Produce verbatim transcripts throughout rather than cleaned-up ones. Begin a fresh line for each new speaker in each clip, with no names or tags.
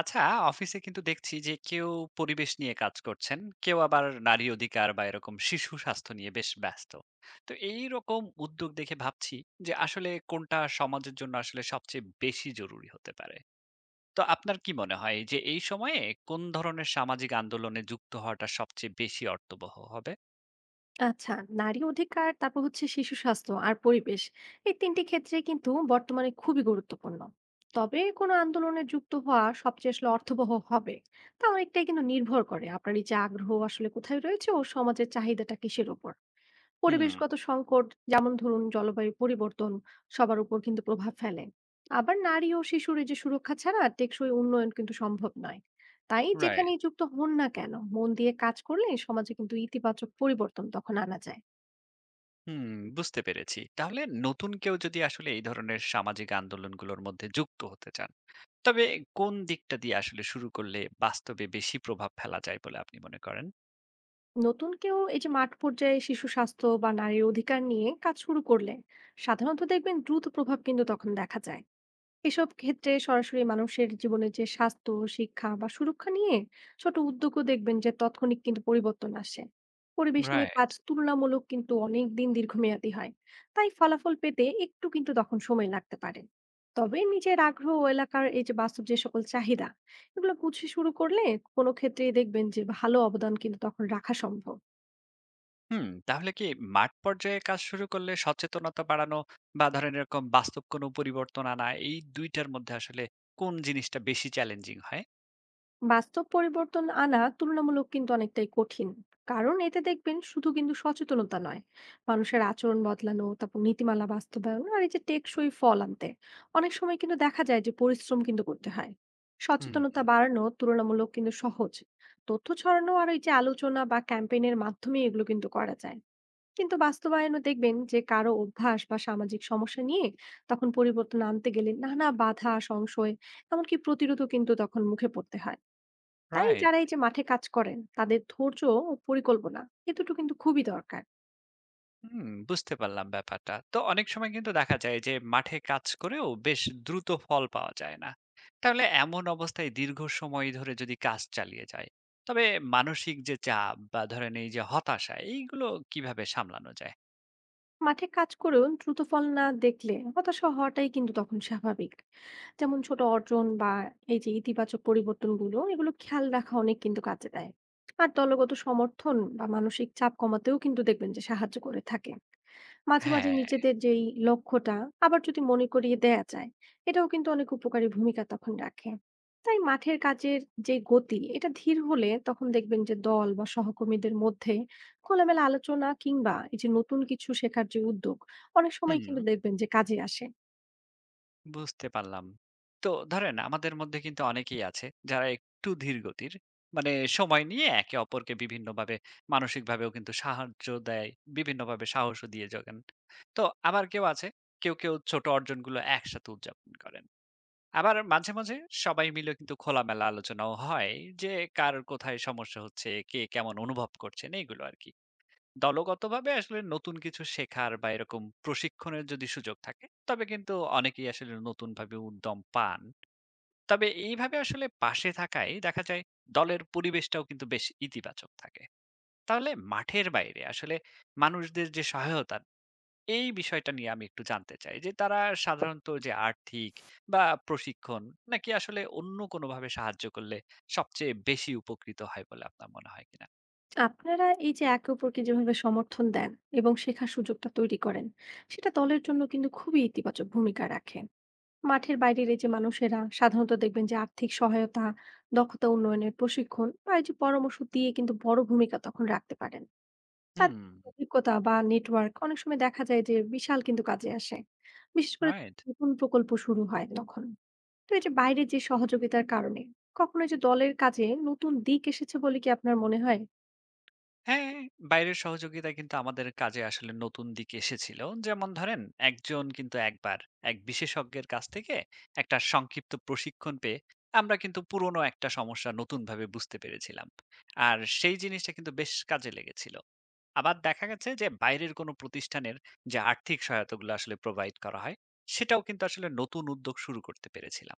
আচ্ছা, অফিসে কিন্তু দেখছি যে কেউ পরিবেশ নিয়ে কাজ করছেন, কেউ আবার নারী অধিকার বা এরকম শিশু স্বাস্থ্য নিয়ে বেশ ব্যস্ত। তো এই রকম উদ্যোগ দেখে ভাবছি যে আসলে কোনটা সমাজের জন্য আসলে সবচেয়ে বেশি জরুরি হতে পারে। তো আপনার কি মনে হয় যে এই সময়ে কোন ধরনের সামাজিক আন্দোলনে যুক্ত হওয়াটা সবচেয়ে বেশি অর্থবহ হবে?
আচ্ছা, নারী অধিকার, তারপর হচ্ছে শিশু স্বাস্থ্য আর পরিবেশ, এই তিনটি ক্ষেত্রে কিন্তু বর্তমানে খুবই গুরুত্বপূর্ণ। তবে কোনো আন্দোলনে যুক্ত হওয়া সবচেয়ে আসলে অর্থবহ হবে, তা অনেকটাই কিন্তু নির্ভর করে আপনার এই যে আগ্রহ আসলে কোথায় রয়েছে ও সমাজের চাহিদাটা কিসের উপর।
হুম।
পরিবেশগত সংকট, যেমন ধরুন জলবায়ু পরিবর্তন, সবার উপর কিন্তু প্রভাব ফেলে। আবার নারী ও শিশুর এই যে সুরক্ষা ছাড়া টেকসই উন্নয়ন কিন্তু সম্ভব নয়। তাই
রাইট।
যেখানেই যুক্ত হন না কেন, মন দিয়ে কাজ করলে সমাজে কিন্তু ইতিবাচক পরিবর্তন তখন আনা যায়।
হুম, বুঝতে পেরেছি। তাহলে নতুন কেউ যদি আসলে এই ধরনের সামাজিক আন্দোলনগুলোর মধ্যে যুক্ত হতে চান, তবে কোন দিকটা দিয়ে আসলে শুরু করলে বাস্তবে বেশি প্রভাব ফেলা যায় বলে আপনি মনে করেন?
নতুন কেউ এই যে মাঠ পর্যায়ে শিশু স্বাস্থ্য বা নারীর অধিকার নিয়ে কাজ শুরু করলে সাধারণত দেখবেন দ্রুত প্রভাব কিন্তু তখন দেখা যায়। এসব ক্ষেত্রে সরাসরি মানুষের জীবনের যে স্বাস্থ্য, শিক্ষা বা সুরক্ষা নিয়ে ছোট উদ্যোগও দেখবেন যে তাৎক্ষণিক কিন্তু পরিবর্তন আসে। পরিবেশ নিয়ে কাজ
রাইট।
তুলনামূলক কিন্তু অনেক দিন দীর্ঘমেয়াদী হয়। তাই ফলাফল পেতে একটু কিন্তু তখন সময় লাগতে পারে। তবে নিজের আগ্রহ ও এলাকার এই যে বাস্তব যে সকল চাহিদা, এগুলো বুঝে শুরু করলে কোনো ক্ষেত্রেই দেখবেন যে ভালো অবদান কিন্তু তখন রাখা সম্ভব।
হুম, তাহলে কি মাঠ পর্যায়ে কাজ শুরু করলে সচেতনতা বাড়ানো বা ধরেন এরকম বাস্তব কোনো পরিবর্তন আনা, এই দুই টার মধ্যে আসলে কোন জিনিসটা বেশি চ্যালেঞ্জিং হয়?
বাস্তব পরিবর্তন আনা তুলনামূলক কিন্তু অনেকটাই কঠিন, কারণ এতে দেখবেন শুধু কিন্তু সচেতনতা নয়, মানুষের আচরণ বদলানো, তারপর নীতিমালা বাস্তবায়ন আর এই যে টেকসই ফল আনতে অনেক সময় কিন্তু দেখা যায় যে পরিশ্রম কিন্তু করতে হয়।
হুম,
সচেতনতা বাড়ানো তুলনামূলক কিন্তু সহজ, তথ্য ছড়ানো আর এই যে আলোচনা বা ক্যাম্পেইনের মাধ্যমে এগুলো কিন্তু করা যায়। কিন্তু বাস্তবায়নও দেখবেন যে কারো অভ্যাস বা সামাজিক সমস্যা নিয়ে তখন পরিবর্তন আনতে গেলে নানা বাধা, সংশয়, এমনকি প্রতিরোধও কিন্তু তখন মুখে পড়তে হয়। তাই
রাইট।
যারা এই যে মাঠে কাজ করেন, তাদের ধৈর্য ও পরিকল্পনা, এ দুটো কিন্তু খুবই দরকার।
হুম, বুঝতে পারলাম ব্যাপারটা। তো অনেক সময় কিন্তু দেখা যায় যে মাঠে কাজ করেও বেশ দ্রুত ফল পাওয়া যায় না। তাহলে এমন অবস্থায় দীর্ঘ সময় ধরে যদি কাজ চালিয়ে যায়, তবে মানসিক যে চাপ বা ধরেন এই যে হতাশা, এইগুলো কিভাবে সামলানো যায়?
মাঠে কাজ করেও দ্রুত ফল না দেখলে হতাশা হওয়াটাই কিন্তু তখন স্বাভাবিক। যেমন ছোট অর্জন বা এই যে ইতিবাচক পরিবর্তনগুলো, এগুলো খেয়াল রাখা অনেক কিন্তু কাজে দেয়। আর দলগত সমর্থন বা মানসিক চাপ কমাতেও কিন্তু দেখবেন যে সাহায্য করে থাকে। মাঝে মাঝে
হ্যাঁ,
নিজেদের যেই লক্ষ্যটা আবার যদি মনে করিয়ে দেয়া যায়, এটাও কিন্তু অনেক উপকারী ভূমিকা তখন রাখে। তাই মাঠের কাজের যে গতি এটা ধীর হলে তখন দেখবেন যে দল বা সহকর্মীদের মধ্যে খোলামেলা আলোচনা কিংবা এই যে নতুন কিছু শেখার যে উদ্যোগ অনেক সময়
হুম।
কিন্তু দেখবেন যে কাজে আসে।
বুঝতে পারলাম। তো ধরেন আমাদের মধ্যে কিন্তু অনেকেই আছে যারা একটু ধীর গতির। মানে সময় নিয়ে একে অপরকে বিভিন্নভাবে মানসিকভাবেও কিন্তু সাহায্য দেয়, বিভিন্নভাবে সাহসও দিয়ে যোগান। তো আবার কেউ আছে, কেউ, কেউ ছোট অর্জনগুলো একসাথে উদযাপন করেন। আবার মাঝে, মাঝে সবাই মিলে কিন্তু খোলামেলা আলোচনাও হয় যে কার কোথায় সমস্যা হচ্ছে, কে কেমন অনুভব করছেন, এইগুলো আরকি। দলগতভাবে আসলে নতুন কিছু শেখার বা এরকম প্রশিক্ষণের যদি সুযোগ থাকে, তবে কিন্তু অনেকেই আসলে নতুন ভাবে উদ্যম পান। তবে এইভাবে আসলে পাশে থাকায় দেখা যায় দলের পরিবেশটাও কিন্তু বেশ ইতিবাচক থাকে। তাহলে মাঠের বাইরে আসলে মানুষদের যে সহায়তা, এই বিষয়টা নিয়ে আমি একটু জানতে চাই যে তারা সাধারণত যে আর্থিক বা প্রশিক্ষণ, নাকি আসলে অন্য কোনোভাবে সাহায্য করলে সবচেয়ে বেশি উপকৃত হয় বলে আপনার মনে হয় কিনা।
আপনারা এই যে একে অপরকে যেভাবে সমর্থন দেন এবং শেখার সুযোগটা তৈরি করেন, সেটা দলের জন্য কিন্তু খুবই ইতিবাচক ভূমিকা রাখে। মাঠের বাইরের এই যে মানুষেরা সাধারণত দেখবেন যে আর্থিক সহায়তা, দক্ষতা উন্নয়নের প্রশিক্ষণ বা এই যে পরামর্শ দিয়ে কিন্তু বড় ভূমিকা তখন রাখতে পারেন।
হুম।
তাদের অভিজ্ঞতা বা নেটওয়ার্ক অনেক সময় দেখা যায় যে বিশাল কিন্তু কাজে আসে, বিশেষ করে
রাইট।
নতুন প্রকল্প শুরু হয় তখন। তো এই যে বাইরের যে সহযোগিতার কারণে কখনো এই যে দলের কাজে নতুন দিক এসেছে বলে কি আপনার মনে হয়?
হ্যাঁ, বাইরের সহযোগিতা কিন্তু আমাদের কাজে আসলে নতুন দিক এসেছিল। যেমন ধরেন একজন কিন্তু একবার এক বিশেষজ্ঞের কাছ থেকে একটা সংক্ষিপ্ত প্রশিক্ষণ পেয়ে আমরা কিন্তু পুরনো একটা সমস্যা নতুনভাবে বুঝতে পেরেছিলাম। আর সেই জিনিসটা কিন্তু বেশ কাজে লেগেছিল। আবার দেখা গেছে যে বাইরের কোনো প্রতিষ্ঠানের যে আর্থিক সহায়তাগুলো আসলে প্রোভাইড করা হয়, সেটাও কিন্তু আসলে নতুন উদ্যোগ শুরু করতে পেরেছিলাম।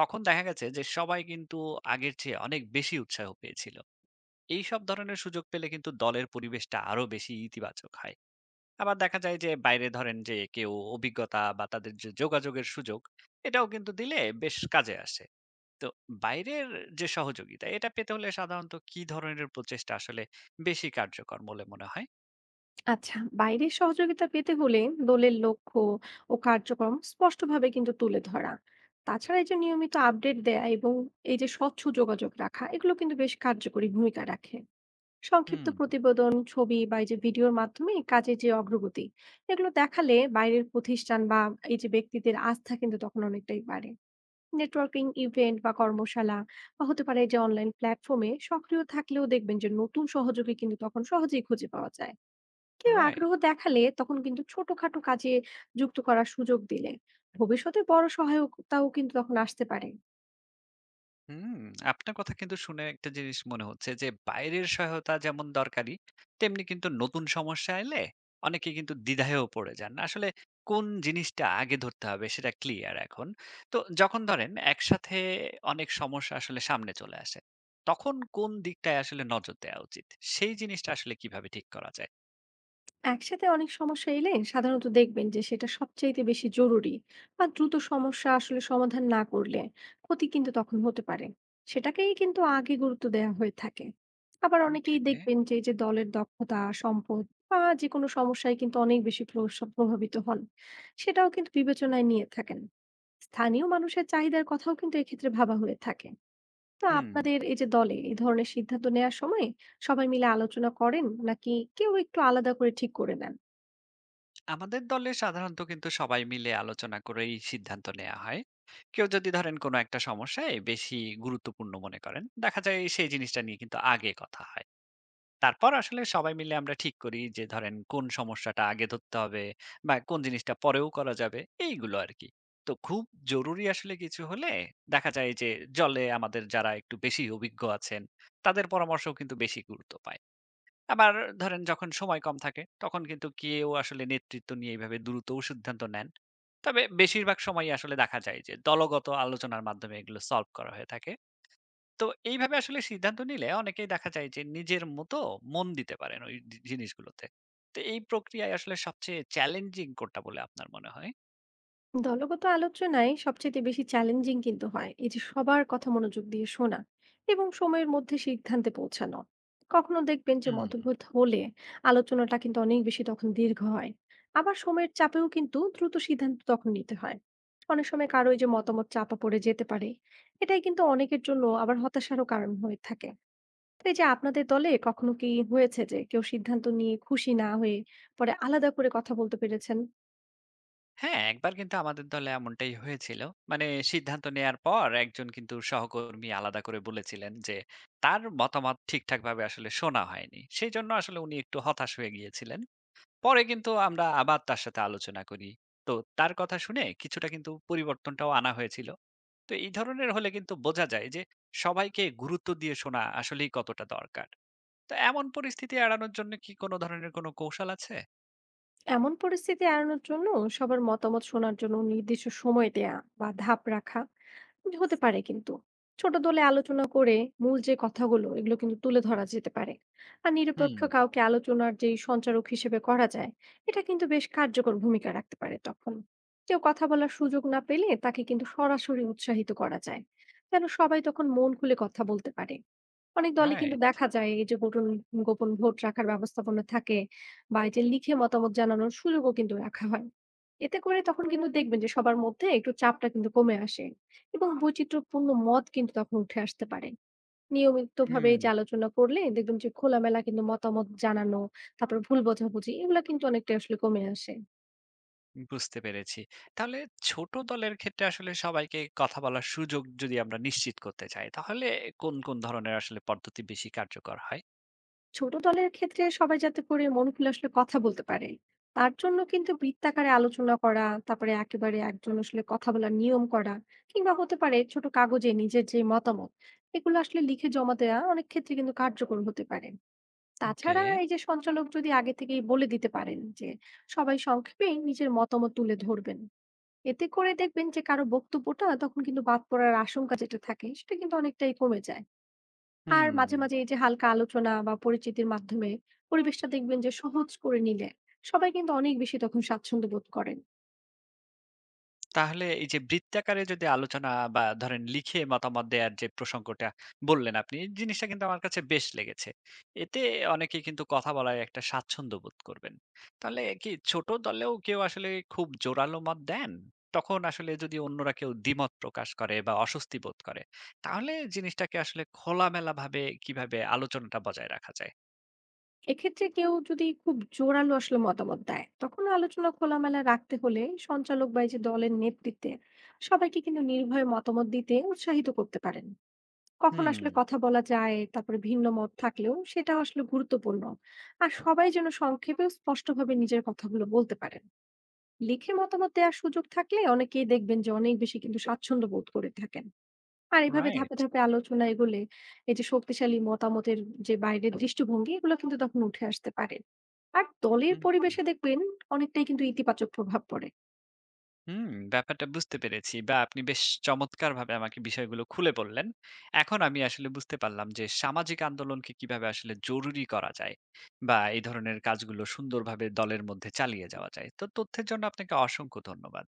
তখন দেখা গেছে যে সবাই কিন্তু আগের চেয়ে অনেক বেশি উৎসাহ পেয়েছিল। এইসব ধরনের সুযোগ পেলে কিন্তু দলের পরিবেশটা আরো বেশি ইতিবাচক হয়। আবার দেখা যায় যে বাইরে ধরেন যে কেউ অভিজ্ঞতা বা তাদের যে যোগাযোগের সুযোগ, এটাও কিন্তু দিলে বেশ কাজে আসে। তো বাইরের যে সহযোগিতা, এটা পেতে হলে সাধারণত কি ধরনের প্রচেষ্টা আসলে বেশি কার্যকর বলে মনে হয়?
আচ্ছা, বাইরের সহযোগিতা পেতে হলে দলের লক্ষ্য ও কার্যক্রম স্পষ্টভাবে কিন্তু তুলে ধরা, তাছাড়া এই যে নিয়মিত আপডেট দেয়া এবং এই যে স্বচ্ছ যোগাযোগ রাখা, এগুলো কিন্তু বেশ কার্যকরী ভূমিকা রাখে।
হুম।
সংক্ষিপ্ত প্রতিবেদন, ছবি বা এই যে ভিডিওর মাধ্যমে কাজের যে অগ্রগতি এগুলো দেখালে বাইরের প্রতিষ্ঠান বা এই যে ব্যক্তিদের আস্থা কিন্তু তখন অনেকটাই বাড়ে। নেটওয়ার্কিং ইভেন্ট বা কর্মশালা বা হতে পারে যে অনলাইন প্ল্যাটফর্মে সক্রিয় থাকলেও দেখবেন যে নতুন সহযোগী কিন্তু তখন সহজেই খুঁজে পাওয়া যায়। কেউ
রাইট।
আগ্রহ দেখালে তখন কিন্তু ছোটখাটো কাজে যুক্ত করার সুযোগ দিলে ভবিষ্যতে বড় সহায়তাও কিন্তু তখন আসতে পারে।
হুম, আপনার কথা কিন্তু শুনে একটা জিনিস মনে হচ্ছে যে বাইরের সহায়তা যেমন দরকারি, তেমনি কিন্তু নতুন সমস্যা এলে অনেকে কিন্তু দ্বিধায়ও পড়ে যান। আসলে কোন জিনিসটা আগে ধরতে হবে সেটা ক্লিয়ার এখন। তো যখন ধরেন একসাথে অনেক সমস্যা আসলে সামনে চলে আসে, তখন কোন দিকটায় আসলে নজর দেওয়া উচিত? সেই জিনিসটা আসলে কিভাবে ঠিক করা যায়?
একসাথে অনেক সমস্যা এলে সাধারণত দেখবেন যে সেটা সবচাইতে বেশি জরুরি বা দ্রুত সমস্যা আসলে সমাধান না করলে ক্ষতি কিন্তু তখন হতে পারে, সেটাকেই কিন্তু আগে গুরুত্ব দেওয়া হয়ে থাকে। আবার অনেকেই
ওকে,
দেখবেন যে এই যে দলের দক্ষতা, সম্পদ বা যে কোনো সমস্যায় কিন্তু অনেক বেশি প্রস- প্রভাবিত হন, সেটাও কিন্তু বিবেচনায় নিয়ে থাকেন। স্থানীয় মানুষের চাহিদার কথাও কিন্তু এক্ষেত্রে ভাবা হয়ে থাকে। তো
হুম।
আপনাদের এই যে দলে এই ধরনের সিদ্ধান্ত নেওয়ার সময় সবাই মিলে আলোচনা করেন নাকি কেউ একটু আলাদা করে ঠিক করে নেন?
আমাদের দলে সাধারণত কিন্তু সবাই মিলে আলোচনা করেই সিদ্ধান্ত নেওয়া হয়। কেউ যদি ধরেন কোনো একটা সমস্যায় বেশি গুরুত্বপূর্ণ মনে করেন, দেখা যায় সেই জিনিসটা নিয়ে কিন্তু আগে কথা হয়। তারপর আসলে সবাই মিলে আমরা ঠিক করি যে ধরেন কোন সমস্যাটা আগে ধরতে হবে বা কোন জিনিসটা পরেও করা যাবে, এইগুলো আর কি। তো খুব জরুরি আসলে কিছু হলে দেখা যায় যে জলে আমাদের যারা একটু বেশি অভিজ্ঞ আছেন, তাদের পরামর্শও কিন্তু বেশি গুরুত্ব পায়। আবার ধরেন যখন সময় কম থাকে, তখন কিন্তু কেউ আসলে নেতৃত্ব নিয়ে এভাবে দ্রুতও সিদ্ধান্ত নেন। তবে বেশিরভাগ সময়ই আসলে দেখা যায় যে দলগত আলোচনার মাধ্যমে এগুলো সলভ করা হয়ে থাকে। তো এইভাবে আসলে সিদ্ধান্ত নিলে অনেকেই দেখা যায় যে নিজের মতো মন দিতে পারেন ওই জি জিনিসগুলোতে। তো এই প্রক্রিয়ায় আসলে সবচেয়ে চ্যালেঞ্জিং কোনটা বলে আপনার মনে হয়?
দলগত আলোচনায় সবচেয়ে বেশি চ্যালেঞ্জিং কিন্তু হয় এই যে সবার কথা মনোযোগ দিয়ে শোনা এবং সময়ের মধ্যে সিদ্ধান্তে পৌঁছানো। কখনো দেখবেন যে
হুম।
মতভেদ হলে আলোচনাটা কিন্তু অনেক বেশি তখন দীর্ঘ হয়। আবার সময়ের চাপেও কিন্তু দ্রুত সিদ্ধান্ত তখন নিতে হয়। অনেক সময় কারো এই যে মতামত চাপা পড়ে যেতে পারে, এটাই কিন্তু অনেকের জন্য আবার হতাশারও কারণ হয়ে থাকে। তো এই যে আপনাদের দলে কখনো কি হয়েছে যে কেউ সিদ্ধান্ত নিয়ে খুশি না হয়ে পরে আলাদা করে কথা বলতে পেরেছেন?
হ্যাঁ, একবার কিন্তু আমাদের দলে এমনটাই হয়েছিল। মানে সিদ্ধান্ত নেয়ার পর একজন কিন্তু সহকর্মী আলাদা করে বলেছিলেন যে, তার মতামত ঠিকঠাকভাবে আসলে শোনা হয়নি। সেজন্য আসলে উনি একটু হতাশ হয়ে গিয়েছিলেন। পরে কিন্তু আমরা আবার তার সাথে আলোচনা করি। তো তার কথা শুনে কিছুটা কিন্তু পরিবর্তনটাও আনা হয়েছিল। তো এই ধরনের হলে কিন্তু বোঝা যায় যে সবাইকে গুরুত্ব দিয়ে শোনা আসলেই কতটা দরকার। তো এমন পরিস্থিতি এড়ানোর জন্য কি কোনো ধরনের কোনো কৌশল আছে?
এমন পরিস্থিতি এড়ানোর জন্য সবার মতামত শোনার জন্য নির্দিষ্ট সময় দেয়া বা ধাপ রাখা হতে পারে কিন্তু। ছোট দলে আলোচনা করে মূল যে কথাগুলো এগুলো কিন্তু তুলে ধরা যেতে পারে। আর নিরপেক্ষ
হুম।
কাউকে আলোচনার যেই সঞ্চারক হিসেবে করা যায়, এটা কিন্তু বেশ কার্যকর ভূমিকা রাখতে পারে তখন। কেউ কথা বলার সুযোগ না পেলে তাকে কিন্তু সরাসরি উৎসাহিত করা যায়, যেন সবাই তখন মন খুলে কথা বলতে পারে। অনেক দলে কিন্তু
রাইট।
দেখা যায় এই যে গোপন গোপন ভোট রাখার ব্যবস্থাপনা থাকে বা এই যে লিখে মতামত জানানোর সুযোগও কিন্তু রাখা হয়। এতে করে তখন কিন্তু দেখবেন যে সবার মধ্যে একটু চাপটা কিন্তু কমে আসে এবং বৈচিত্র্যপূর্ণ মত কিন্তু তখন উঠে আসতে পারে। নিয়মিত ভাবে এই
হুম।
যে আলোচনা করলে দেখবেন যে খোলামেলা কিন্তু মতামত জানানো, তারপর ভুল বোঝাবুঝি এগুলা কিন্তু অনেকটা আসলে কমে আসে।
বুঝতে পেরেছি। তাহলে ছোট দলের ক্ষেত্রে আসলে সবাইকে কথা বলার সুযোগ যদি আমরা নিশ্চিত করতে চাই, তাহলে কোন, কোন ধরনের আসলে পদ্ধতি বেশি কার্যকর হয়?
ছোট দলের ক্ষেত্রে সবাই যাতে করে মন খুলে আসলে কথা বলতে পারে, তার জন্য কিন্তু বৃত্তাকারে আলোচনা করা, তারপরে একেবারে একজন আসলে কথা বলার নিয়ম করা, কিংবা হতে পারে ছোট কাগজে নিজের যে মতামত এগুলো আসলে লিখে জমা দেওয়া, অনেক ক্ষেত্রে কিন্তু কার্যকর হতে পারে।
ওকে।
তাছাড়া এই যে সঞ্চালক যদি আগে থেকেই বলে দিতে পারেন যে সবাই সংক্ষেপে নিজের মতামত তুলে ধরবেন, এতে করে দেখবেন যে কারো বক্তব্যটা তখন কিন্তু বাদ পড়ার আশঙ্কা যেটা থাকে সেটা কিন্তু অনেকটাই কমে যায়।
হুম।
আর মাঝে, মাঝে এই যে হালকা আলোচনা বা পরিচিতির মাধ্যমে পরিবেশটা দেখবেন যে সহজ করে নিলে সবাই কিন্তু অনেক বেশি তখন স্বাচ্ছন্দ্য বোধ করেন।
তাহলে এই যে বৃত্তাকারে যদি আলোচনা বা ধরেন লিখে মতামত দেওয়ার যে প্রসঙ্গটা বললেন আপনি, এই জিনিসটা কিন্তু আমার কাছে বেশ লেগেছে। এতে অনেকেই কিন্তু কথা বলার একটা স্বাচ্ছন্দ্য বোধ করবেন। তাহলে কি ছোট দলেও কেউ আসলে খুব জোরালো মত দেন? তখন আসলে যদি অন্যরা কেউ দ্বিমত প্রকাশ করে বা অস্বস্তি বোধ করে, তাহলে জিনিসটাকে আসলে খোলামেলাভাবে কিভাবে আলোচনাটা বজায় রাখা যায়?
এক্ষেত্রে কেউ যদি খুব জোরালো আসলে মতামত দেয়, তখন আলোচনা খোলামেলা রাখতে হলে সঞ্চালক বা এই যে দলের নেতৃত্বে সবাইকে কিন্তু নির্ভয়ে মতামত দিতে উৎসাহিত করতে পারেন। কখন
হুম।
আসলে কথা বলা যায়, তারপরে ভিন্ন মত থাকলেও সেটাও আসলে গুরুত্বপূর্ণ। আর সবাই যেন সংক্ষেপে ও স্পষ্টভাবে নিজের কথাগুলো বলতে পারে। লিখে মতামত দেওয়ার সুযোগ থাকলে অনেকেই দেখবেন যে অনেক বেশি কিন্তু স্বাচ্ছন্দ্য বোধ করে থাকেন। আর এভাবে ধাপে
রাইট।
ধাপে আলোচনা এগোলে এই যে শক্তিশালী মতামতের যে বাইরের দৃষ্টিভঙ্গি এগুলো কিন্তু তখন উঠে আসতে পারে। আর দলের
হুম।
পরিবেশে দেখবেন অনেকটাই কিন্তু ইতিবাচক প্রভাব পড়ে।
হুম, ব্যাপারটা বুঝতে পেরেছি। বা আপনি বেশ চমৎকারভাবে আমাকে বিষয়গুলো খুলে বললেন। এখন আমি আসলে বুঝতে পারলাম যে সামাজিক আন্দোলনকে কিভাবে আসলে জরুরি করা যায় বা এই ধরনের কাজগুলো সুন্দরভাবে দলের মধ্যে চালিয়ে যাওয়া যায়। তো তথ্যের জন্য আপনাকে অসংখ্য ধন্যবাদ।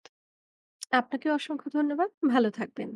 আপনাকে অসংখ্য ধন্যবাদ, ভালো থাকবেন।